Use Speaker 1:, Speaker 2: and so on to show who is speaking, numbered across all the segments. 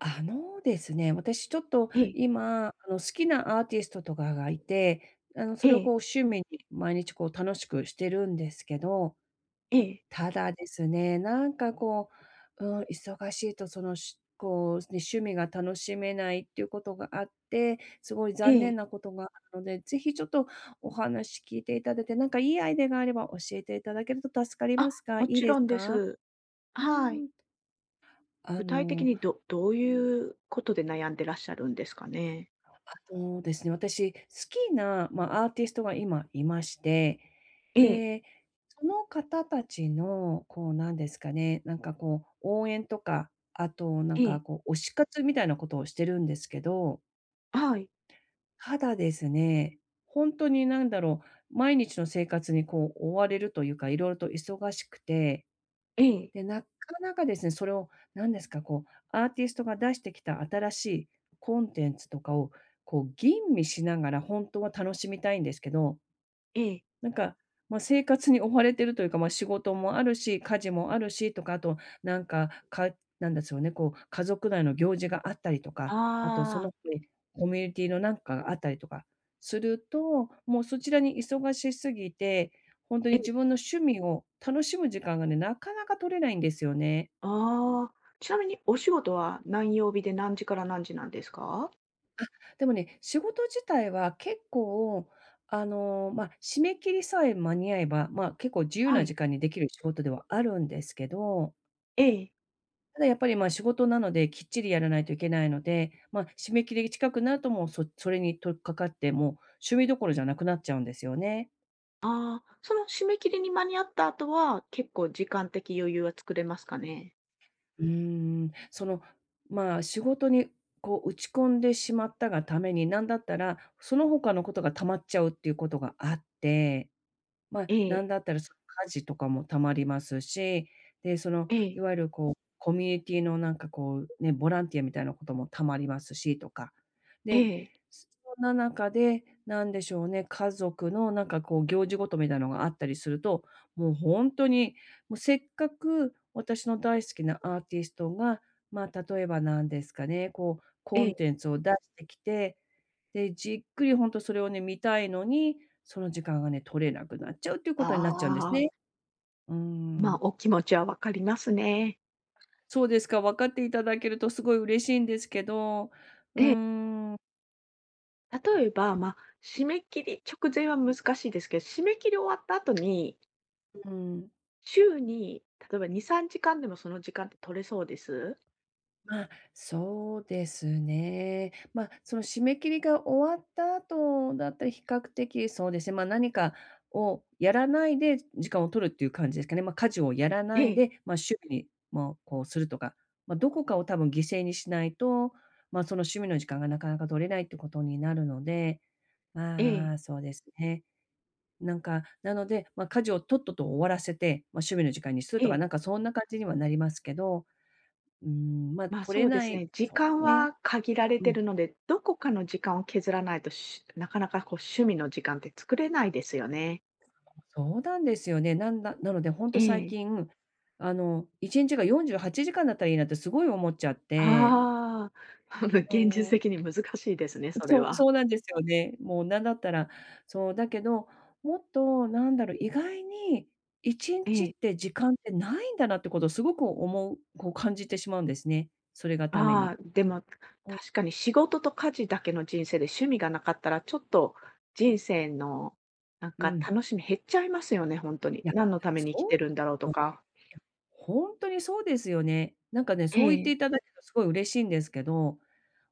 Speaker 1: あのですね、私ちょっと
Speaker 2: ええ、
Speaker 1: 今、好きなアーティストとかがいて、
Speaker 2: え
Speaker 1: それをこ
Speaker 2: え、
Speaker 1: う趣味に毎日こう楽しくしてるんですけど、
Speaker 2: ええ、
Speaker 1: ただですね、こう、うん、忙しいとそのしこう、ね、趣味が楽しめないっていうことがあって、すごい
Speaker 2: え
Speaker 1: 残念
Speaker 2: え。
Speaker 1: なことがあるので、ぜひちょっとお話聞いていただいて、なんかいいアイデアがあれば教えていただけると助かり
Speaker 2: あ、
Speaker 1: ますが、い
Speaker 2: も
Speaker 1: い
Speaker 2: ち
Speaker 1: で
Speaker 2: ろ
Speaker 1: す
Speaker 2: んで
Speaker 1: か？
Speaker 2: す。
Speaker 1: う
Speaker 2: はい。
Speaker 1: ん。あ
Speaker 2: 具体的
Speaker 1: の
Speaker 2: にどういうことで悩んでらっしゃるんですかね？
Speaker 1: そうですね、私、好きな、まあ、アーティストが今いまして、
Speaker 2: ええ、
Speaker 1: で、その方たちの、こう、なんですかね、なんか、こう、応援とか、あと、なん
Speaker 2: え
Speaker 1: か、
Speaker 2: え、
Speaker 1: こう、推し活みたいなことをしてるんですけど、
Speaker 2: はい、
Speaker 1: ただですね、ほんとになんだろう、毎日の生活に、こう、追われるというか、色々と忙しくて
Speaker 2: ええ、
Speaker 1: で、なかなかですね、それを何ですか、こう、アーティストが出してきた新しいコンテンツとかを、こう、吟味しながら本当は楽しみたいんですけど、
Speaker 2: ええ。
Speaker 1: なんか、まあ、生活に追われてるというか、まあ、仕事もあるし、家事もあるしとか、あと、なんか、かなんですよね、こう、家族内の行事があったりとか、あとそ
Speaker 2: ああ、
Speaker 1: の他にコミュニティのなんかがあったりとかすると、もうそちらに忙しすぎて、本当
Speaker 2: え
Speaker 1: に
Speaker 2: え、
Speaker 1: 自分の趣味を楽しむ時間がね、なかなか取れないんですよね。
Speaker 2: ああ。ちなみにお仕事は何曜日で何時から何時なんですか？
Speaker 1: でもね、仕事自体は結構、あの、まあ、締め切りさえ間に合えば、まあ、結構自由
Speaker 2: は
Speaker 1: な
Speaker 2: い、
Speaker 1: 時間にできる仕事ではあるんですけど、
Speaker 2: ええ。
Speaker 1: ただやっぱり、ま、仕事なので、きっちりやらないといけないので、まあ、締め切り近くなるともう、それに取っかかって、もう趣味どころじゃなくなっちゃうんですよね。
Speaker 2: ああ、その締め切りに間に合った後は、結構時間的余裕は作れますかね？
Speaker 1: うーん、その、まあ、仕事にこう打ち込んでしまったがために、なんだったら、その他のことが溜まっちゃうっていうことがあって、まあ、
Speaker 2: え
Speaker 1: なん
Speaker 2: え、
Speaker 1: だったら、その家事とかもたまりますし、で、その、
Speaker 2: え
Speaker 1: い
Speaker 2: え、
Speaker 1: わゆるこう、コミュニティのなんかこう、ね、ボランティアみたいなこともたまりますしとか。
Speaker 2: え
Speaker 1: で、
Speaker 2: え、
Speaker 1: そんな中で、なんでしょうね、家族のなんかこう行事ごとみたいなのがあったりすると、もう本当に、もうせっかく私の大好きなアーティストが、まあ、例えばなんですかね、こう
Speaker 2: え
Speaker 1: コ
Speaker 2: え。
Speaker 1: ンテンツを出してきてで、じっくりほんとそれをね、見たいのに、その時間がね、取れなくなっちゃうっていう
Speaker 2: あ
Speaker 1: ことになっちゃうんです
Speaker 2: あ。
Speaker 1: ね。うー
Speaker 2: まあ、
Speaker 1: ん。
Speaker 2: お気持ちはわかりますね。
Speaker 1: そうですか、分かっていただけるとすごい嬉しいんですけど、うー
Speaker 2: え
Speaker 1: ん、う
Speaker 2: 例えば、まあ、締め切り直前は難しいですけど、締め切り終わった後に、
Speaker 1: ーん。
Speaker 2: 週に例えば2、3時間でもその時間って取れそうです？
Speaker 1: まあ、そうですね。まあ、その締め切りが終わった後だったら比較的そうですね、まあ、何かをやらないで時間を取るっていう感じですかね。まあ、家事をやら
Speaker 2: え
Speaker 1: ない
Speaker 2: え、
Speaker 1: で、まあ、趣味に、まあ、こうするとか、まあ、どこかを多分犠牲にしないと、まあ、その趣味の時間がなかなか取れないってことになるので、
Speaker 2: え
Speaker 1: ま
Speaker 2: え、
Speaker 1: あ、そうですね。なんか、なので、まあ、家事をとっとと終わらせて、まあ、趣味の時間にする
Speaker 2: え
Speaker 1: とか、
Speaker 2: え。
Speaker 1: なんかそんな感じにはなりますけど、うーん、まあ、
Speaker 2: ま、
Speaker 1: 取
Speaker 2: そ
Speaker 1: れ
Speaker 2: うで
Speaker 1: な
Speaker 2: す
Speaker 1: い
Speaker 2: ね、時
Speaker 1: そうで
Speaker 2: 間
Speaker 1: すね。
Speaker 2: は限られて
Speaker 1: う
Speaker 2: る
Speaker 1: ん、
Speaker 2: ので、どこかの時間を削らないと、なかなかこう趣味の時間って作れないですよね。
Speaker 1: そうなんですよね。なのでほん
Speaker 2: え
Speaker 1: と最
Speaker 2: え。
Speaker 1: 近、あの、1日が48時間だったらいいなってすごい思っちゃって、
Speaker 2: ああ、現実的に難しいですね、
Speaker 1: そう、
Speaker 2: そ れ
Speaker 1: そう
Speaker 2: は。
Speaker 1: そうなんですよね。もうなんだったらそう、だけど、もっとなんだろう、意外に1
Speaker 2: え
Speaker 1: 日っ
Speaker 2: え。
Speaker 1: て時間ってないんだなってことをすごく思うこう感じてしまうんですね。それがために。
Speaker 2: ああ、でも、
Speaker 1: うん、
Speaker 2: 確かに仕事と家事だけの人生で趣味がなかったら、ちょっと人生の、なん
Speaker 1: う
Speaker 2: か
Speaker 1: ん。
Speaker 2: 楽しみ減っちゃいますよね、本当に。
Speaker 1: いや、
Speaker 2: 何のために生きて
Speaker 1: そ
Speaker 2: るんだろう
Speaker 1: う
Speaker 2: と
Speaker 1: い
Speaker 2: か。
Speaker 1: や、ほんとにそうですよね。なんかね、
Speaker 2: え
Speaker 1: そう言って
Speaker 2: え、
Speaker 1: いただけるとすごい嬉しいんですけど、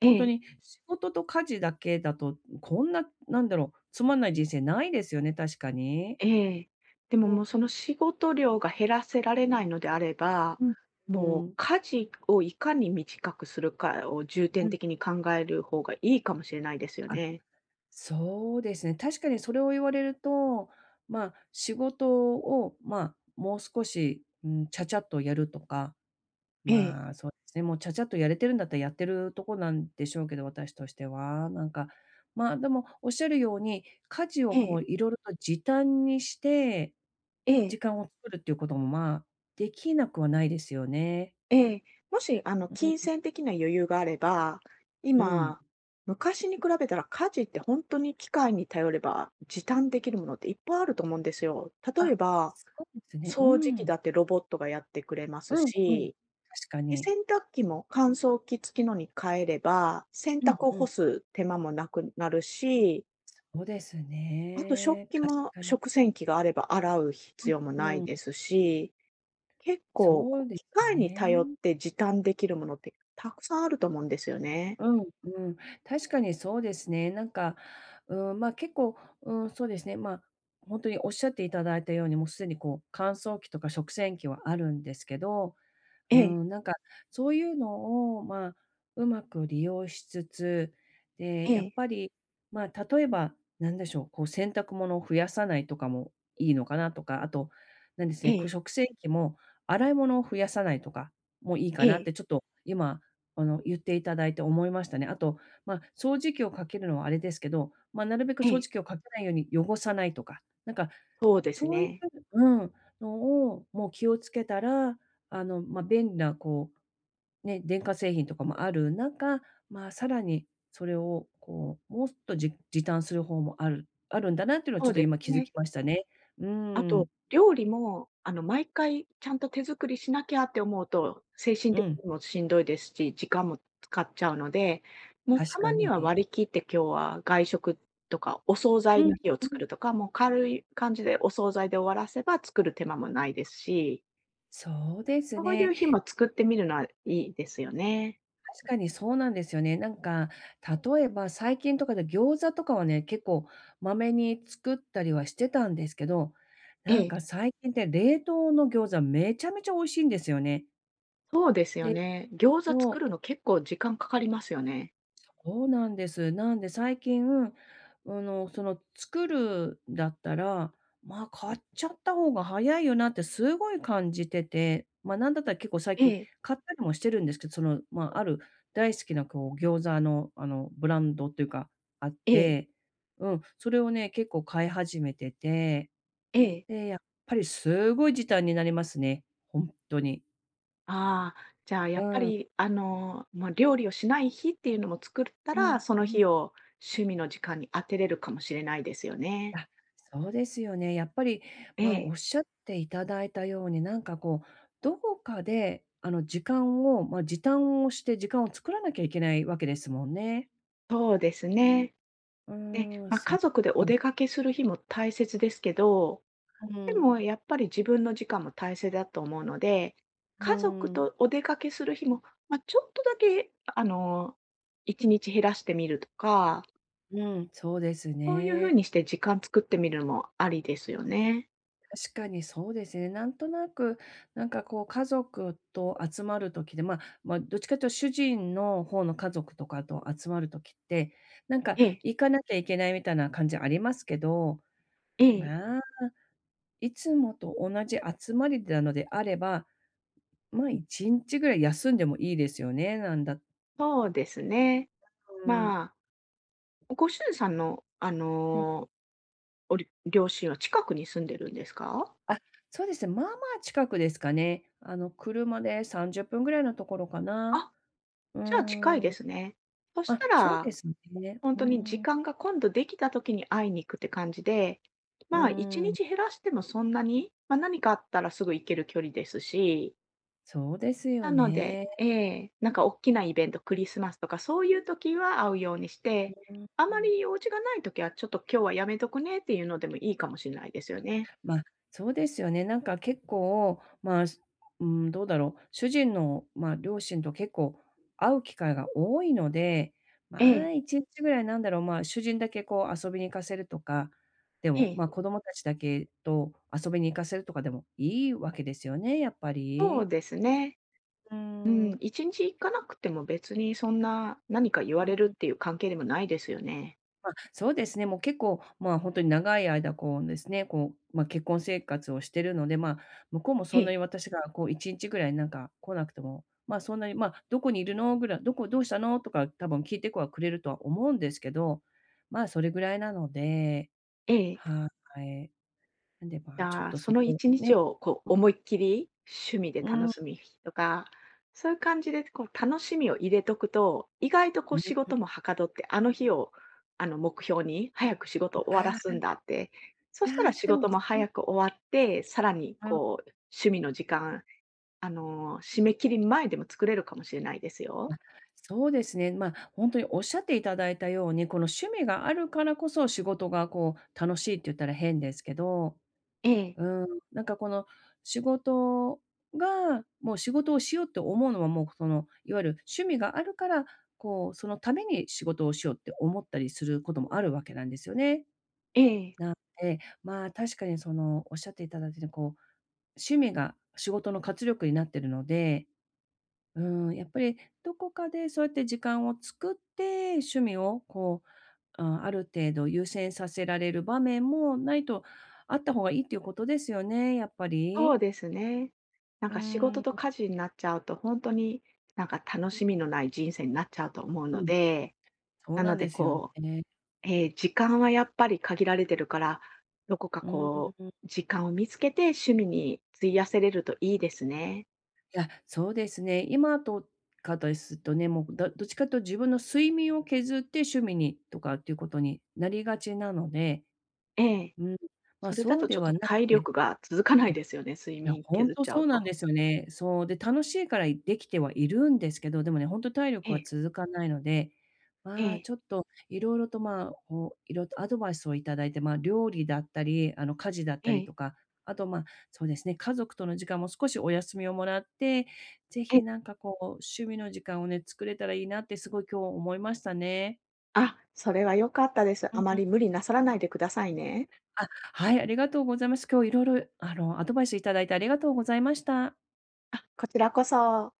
Speaker 2: え
Speaker 1: ほんと
Speaker 2: え、
Speaker 1: に仕事と家事だけだと、こんな、なんだろう、つまんない人生ないですよね、確かに。
Speaker 2: ええ。でも、も
Speaker 1: と、
Speaker 2: うその仕事量が減らせられないのであれば、
Speaker 1: うん。
Speaker 2: も
Speaker 1: う
Speaker 2: う
Speaker 1: ん。
Speaker 2: 家事をいかに短くするかを重
Speaker 1: う
Speaker 2: 点
Speaker 1: ん。
Speaker 2: 的に考える方がいいかもしれないですよ
Speaker 1: あ、
Speaker 2: ね。
Speaker 1: そうですね。確かにそれを言われると、まあ、仕事を、まあ、もう少し、うん、ちゃちゃっとやるとか、
Speaker 2: ええ、
Speaker 1: まあ、そうですね、もうちゃちゃっとやれてるんだったらやってるとこなんでしょうけど、私としては。なんか、まあ、でもおっしゃるように、家事を
Speaker 2: え
Speaker 1: こ
Speaker 2: え、
Speaker 1: ういろいろと時短にして、
Speaker 2: ええ。
Speaker 1: 時間を作るっていうことも、まあ、できなくはないですよね。
Speaker 2: ええ、もし、
Speaker 1: うん、
Speaker 2: 金銭的な余裕があれば、
Speaker 1: うん。
Speaker 2: 今、昔に比べたら家事って本当に機械に頼れば時短できるものっていっぱいあると思うんですよ。
Speaker 1: あ、
Speaker 2: 例えば、
Speaker 1: そうですね。う
Speaker 2: 掃除機
Speaker 1: ん。
Speaker 2: だってロボットがやってくれます
Speaker 1: うんうん。確
Speaker 2: し、
Speaker 1: か
Speaker 2: で、
Speaker 1: に。
Speaker 2: 洗濯機も乾燥機付きのに変えれば、洗
Speaker 1: うん
Speaker 2: 濯を
Speaker 1: う
Speaker 2: 干
Speaker 1: ん。
Speaker 2: す手間もなくなるし、
Speaker 1: そうです
Speaker 2: あと食
Speaker 1: ね。
Speaker 2: 器
Speaker 1: 確
Speaker 2: も
Speaker 1: かに。
Speaker 2: 食洗機があれば洗う必要も
Speaker 1: う
Speaker 2: な
Speaker 1: ん、
Speaker 2: い
Speaker 1: うん。
Speaker 2: ですし結構、
Speaker 1: そう
Speaker 2: こう、
Speaker 1: で
Speaker 2: 機
Speaker 1: す
Speaker 2: 械に頼っ
Speaker 1: ね。
Speaker 2: て時短できるものってたくさんあると思うんですよね。
Speaker 1: うん、うん。確かにそうですね。なんか、うん、まあ結構、うん、そうですね。まあ、本当におっしゃっていただいたように、もうすでにこう乾燥機とか食洗機はあるんですけど、
Speaker 2: え
Speaker 1: う
Speaker 2: え、
Speaker 1: ん、なんか、そういうのを、まあ、うまく利用しつつ、で、
Speaker 2: え
Speaker 1: やっ
Speaker 2: え、
Speaker 1: ぱり、まあ、例えば、なんでしょう、こう、洗濯物を増やさないとかもいいのかなとか、あと、なんです
Speaker 2: え
Speaker 1: ね、こう、
Speaker 2: え、
Speaker 1: 食洗機も洗い物を増やさないとかもいい
Speaker 2: え
Speaker 1: かなっ
Speaker 2: え、
Speaker 1: て、ちょっと今、あの、言っていただいて思いましたね。あと、まあ、掃除機をかけるのはあれですけど、まあ、なるべく
Speaker 2: え
Speaker 1: 掃
Speaker 2: え、
Speaker 1: 除機をかけないように汚さないとか、なんか、
Speaker 2: そうです
Speaker 1: そういう
Speaker 2: ね。
Speaker 1: うん、のをもう気をつけたら、あの、まあ、便利なこう、ね、電化製品とかもある中、まあ、さらにそれをこう、もっと時短する方もあるんだなっていうのは
Speaker 2: そ
Speaker 1: ちょ
Speaker 2: う
Speaker 1: っと
Speaker 2: で
Speaker 1: 今
Speaker 2: す
Speaker 1: 気づき
Speaker 2: ね。
Speaker 1: ましたね。う
Speaker 2: あ
Speaker 1: ーん、
Speaker 2: と、料理も、毎回ちゃんと手作りしなきゃって思うと、精神
Speaker 1: う
Speaker 2: 的
Speaker 1: ん、
Speaker 2: にもしんどいですし、時間も使っちゃうので、もうた
Speaker 1: 確
Speaker 2: ま
Speaker 1: か
Speaker 2: に
Speaker 1: に。
Speaker 2: は割り切って今日は外食とか、お惣
Speaker 1: う
Speaker 2: 菜の
Speaker 1: ん、
Speaker 2: 日を
Speaker 1: う
Speaker 2: 作
Speaker 1: ん、
Speaker 2: るとか、もう軽い感じでお惣菜で終わらせば作る手間もないですし
Speaker 1: そうです
Speaker 2: そういう
Speaker 1: ね。
Speaker 2: 日も作ってみるのはいいですよね。
Speaker 1: 確かにそうなんですよね。なんか、例えば最近とかで餃子とかはね、結構まめに作ったりはしてたんですけど、
Speaker 2: え
Speaker 1: なん
Speaker 2: え。
Speaker 1: か最近って冷凍の餃子めちゃめちゃ美味しいんですよね。
Speaker 2: そうですよ
Speaker 1: で、
Speaker 2: ね。餃子
Speaker 1: も
Speaker 2: 作
Speaker 1: う
Speaker 2: るの結構時間かかりますよね。
Speaker 1: そうなんです。なんで最近、あの、その作るだったら、まあ、買っちゃった方が早いよなってすごい感じてて、まあ、なんだったら結構最
Speaker 2: え
Speaker 1: 近
Speaker 2: え、
Speaker 1: 買ったりもしてるんですけど、その、まあ、ある大好きなこう餃子の、あの、ブランドというかあっ
Speaker 2: ええ、
Speaker 1: て、うん、それをね、結構買い始めてて、
Speaker 2: ええ。
Speaker 1: で、やっぱりすごい時短になりますね、本当に。
Speaker 2: ああ、じゃあや
Speaker 1: う
Speaker 2: っぱ
Speaker 1: ん、
Speaker 2: り、まあ、料理をしない日っていうのも作った
Speaker 1: うん、
Speaker 2: ら、その
Speaker 1: う
Speaker 2: 日
Speaker 1: ん。
Speaker 2: を趣味の時間に当てれるかもしれないですよね。
Speaker 1: あ、そうですよね。やっぱり、
Speaker 2: え
Speaker 1: まあ、
Speaker 2: え。
Speaker 1: おっしゃっていただいたように、なんかこう、どこかで、あの、時間を、まあ、時短をして時間を作らなきゃいけないわけですもんね。
Speaker 2: そうですね。
Speaker 1: う
Speaker 2: ね、
Speaker 1: ーん、
Speaker 2: まあ、
Speaker 1: そっ
Speaker 2: 家族でお
Speaker 1: か。
Speaker 2: 出かけする日も大切ですけど
Speaker 1: う
Speaker 2: で
Speaker 1: ん、
Speaker 2: もやっぱり自分の時間も大切だと思うので、
Speaker 1: う
Speaker 2: 家族
Speaker 1: ん、
Speaker 2: とお出かけする日も、まあ、ちょっとだけ1日減らしてみるとか、
Speaker 1: うん、そうです
Speaker 2: そういう風
Speaker 1: ね。
Speaker 2: にして時間作ってみるのもありですよね。
Speaker 1: 確かにそうですね。なんとなく、なんかこう家族と集まる時で、まあまあ、どっちかというと主人の方の家族とかと集まる時って、なんか
Speaker 2: ええ、
Speaker 1: 行かなきゃいけないみたいな感じありますけど、
Speaker 2: ええ、
Speaker 1: まあ、いつもと同じ集まりなのであれば、まあ、1日ぐらい休んでもいいですよね、なんだ
Speaker 2: そうですね。
Speaker 1: うん。
Speaker 2: まあ、ご主人さんの
Speaker 1: うん。
Speaker 2: 両親は近くに住んでるんですか？
Speaker 1: あ、そうですね、まあまあ近くですかね。あの、車で30分ぐらいのところかな。
Speaker 2: あ、
Speaker 1: うー
Speaker 2: じゃあ近いで
Speaker 1: ん。
Speaker 2: すね。そし
Speaker 1: あ、
Speaker 2: た
Speaker 1: そう
Speaker 2: ら
Speaker 1: ですね。
Speaker 2: 本
Speaker 1: うー
Speaker 2: 当に時
Speaker 1: ん。
Speaker 2: 間が今度できた時に会いに行くって感じで、
Speaker 1: うー
Speaker 2: まあ、1
Speaker 1: ん。
Speaker 2: 日減らしてもそんなに、ま、何かあったらすぐ行ける距離ですし、
Speaker 1: そうです
Speaker 2: な
Speaker 1: よ
Speaker 2: の
Speaker 1: ね。
Speaker 2: でええ、なんか大きなイベント、クリスマスとかそういう時は会うようにして、あ
Speaker 1: う
Speaker 2: ま
Speaker 1: ん。
Speaker 2: り用事がない時はちょっと今日はやめとくねっていうのでもいいかもしれないですよね。
Speaker 1: ま、あそうですよね。なんか結構、まあ、うん、どうだろう、主人の、まあ、両親と結構会う機会が多いので、ま
Speaker 2: え
Speaker 1: あ、
Speaker 2: え、
Speaker 1: 1日ぐらいなんだろう、まあ、主人だけこう遊びに行かせるとか、で
Speaker 2: え
Speaker 1: も、
Speaker 2: え、
Speaker 1: 子供たちだけと遊びに行かせるとかでもいいわけですよね、やっぱ
Speaker 2: そう
Speaker 1: り。
Speaker 2: ですね。
Speaker 1: う
Speaker 2: うん、
Speaker 1: ん、
Speaker 2: 1日行かなくても別にそんな、何か言わ
Speaker 1: う
Speaker 2: れるっ
Speaker 1: ん。
Speaker 2: ていう関係でもないですよね。
Speaker 1: まあ、そうですね、もう結構、まあ、本当に長い間、こうですね、こう、まあ、結婚生活をしてるので、まあ、向こうも
Speaker 2: え
Speaker 1: そんな
Speaker 2: え、
Speaker 1: に私がこう1日ぐらいなんか来なくても、まあ、そんなに、ま、「どこにいるの？」ぐらい、「どこどうしたの？」とか多分聞いてこはくれるとは思うんですけど、まあ、それぐらいなので、
Speaker 2: ええ。
Speaker 1: はい。なんで、ま
Speaker 2: じ
Speaker 1: あ、ちょっ
Speaker 2: ゃあ、
Speaker 1: と
Speaker 2: そ
Speaker 1: そ
Speaker 2: の
Speaker 1: こを
Speaker 2: 1日
Speaker 1: ね、
Speaker 2: をこう思いっきり趣味で
Speaker 1: う
Speaker 2: 楽
Speaker 1: ん、
Speaker 2: しむ日とか、そういう感じでこう楽しみを入れとくと、意外とこ
Speaker 1: う
Speaker 2: う
Speaker 1: ん、
Speaker 2: 仕事もはかどって、あの日をあの目標に早く仕事を終わら
Speaker 1: あ
Speaker 2: す
Speaker 1: あ、
Speaker 2: んだって、そ
Speaker 1: い
Speaker 2: し
Speaker 1: や
Speaker 2: たら
Speaker 1: ー、
Speaker 2: 仕
Speaker 1: でも、
Speaker 2: 事も
Speaker 1: うん。
Speaker 2: 早く終わって、さらにこう趣味の時間、締め切り前でも作れるかもしれないですよ。
Speaker 1: あ、そうですね。本当におっしゃっていただいたように、この趣味があるからこそ仕事がこう楽しいって言ったら変ですけど、
Speaker 2: ええ。
Speaker 1: うん、なんかこの仕事が、もう仕事をしようって思うのはもうその、いわゆる趣味があるから、こう、そのために仕事をしようって思ったりすることもあるわけなんですよね。
Speaker 2: ええ。
Speaker 1: なんで、まあ、確かにそのおっしゃっていただいたようにこう、趣味が仕事の活力になってるので、うん、やっぱりどこかでそうやって時間を作って、趣味をこう、あ、ある程度優先させられる場面もないとあった方がいいっていうことですよね、やっぱ
Speaker 2: そう
Speaker 1: り。
Speaker 2: ですね。なん
Speaker 1: う
Speaker 2: か仕
Speaker 1: ー
Speaker 2: 事
Speaker 1: ん、
Speaker 2: と家事になっちゃうと、本当になんか楽しみのない人生になっちゃうと思う
Speaker 1: う
Speaker 2: の
Speaker 1: ん、
Speaker 2: で、
Speaker 1: そう
Speaker 2: な
Speaker 1: な
Speaker 2: の
Speaker 1: ん
Speaker 2: で
Speaker 1: ですよ
Speaker 2: こう、
Speaker 1: ね。
Speaker 2: 時間はやっぱり限られてるから、どこか
Speaker 1: うん。
Speaker 2: こう、時間を見つけて趣味に費やせれるといいですね。
Speaker 1: いや、そうですね。今とかですとね、もう、どっちかというと自分の睡眠を削って趣味にとかっていうことになりがちなので、
Speaker 2: ええ。
Speaker 1: うん、ま、
Speaker 2: それだ
Speaker 1: そう
Speaker 2: と
Speaker 1: で
Speaker 2: ちょっ
Speaker 1: は
Speaker 2: と
Speaker 1: なく
Speaker 2: 体
Speaker 1: て。
Speaker 2: 力が続かないですよね、睡
Speaker 1: いや、
Speaker 2: 眠
Speaker 1: ほん
Speaker 2: 削っ
Speaker 1: と
Speaker 2: ちゃ
Speaker 1: そ
Speaker 2: う
Speaker 1: うな
Speaker 2: と。
Speaker 1: んですよね。そう、で、楽しいからできてはいるんですけど、でもね、ほんと体
Speaker 2: え
Speaker 1: 力は
Speaker 2: え、
Speaker 1: 続かないので、
Speaker 2: え
Speaker 1: まあ、
Speaker 2: え、
Speaker 1: ちょっと色々と、まあ、こう、色々とアドバイスをいただいて、まあ、料理だったり、あの、家事だっ
Speaker 2: え
Speaker 1: たり
Speaker 2: え、
Speaker 1: とか、あと、まあ、そうですね、家族との時間も少しお休みをもらって、ぜ
Speaker 2: ええ。
Speaker 1: ひなんかこう、趣味の時間をね、作れたらいいなってすごい今日思いましたね。
Speaker 2: あ、それは良かったです。
Speaker 1: う
Speaker 2: あ
Speaker 1: ん
Speaker 2: ま
Speaker 1: うん。
Speaker 2: り無理なさらないでくださいね。
Speaker 1: あ、はい、ありがとうございます。今日色々、あの、アドバイスいただいてありがとうございました。
Speaker 2: あ、こちらこそ。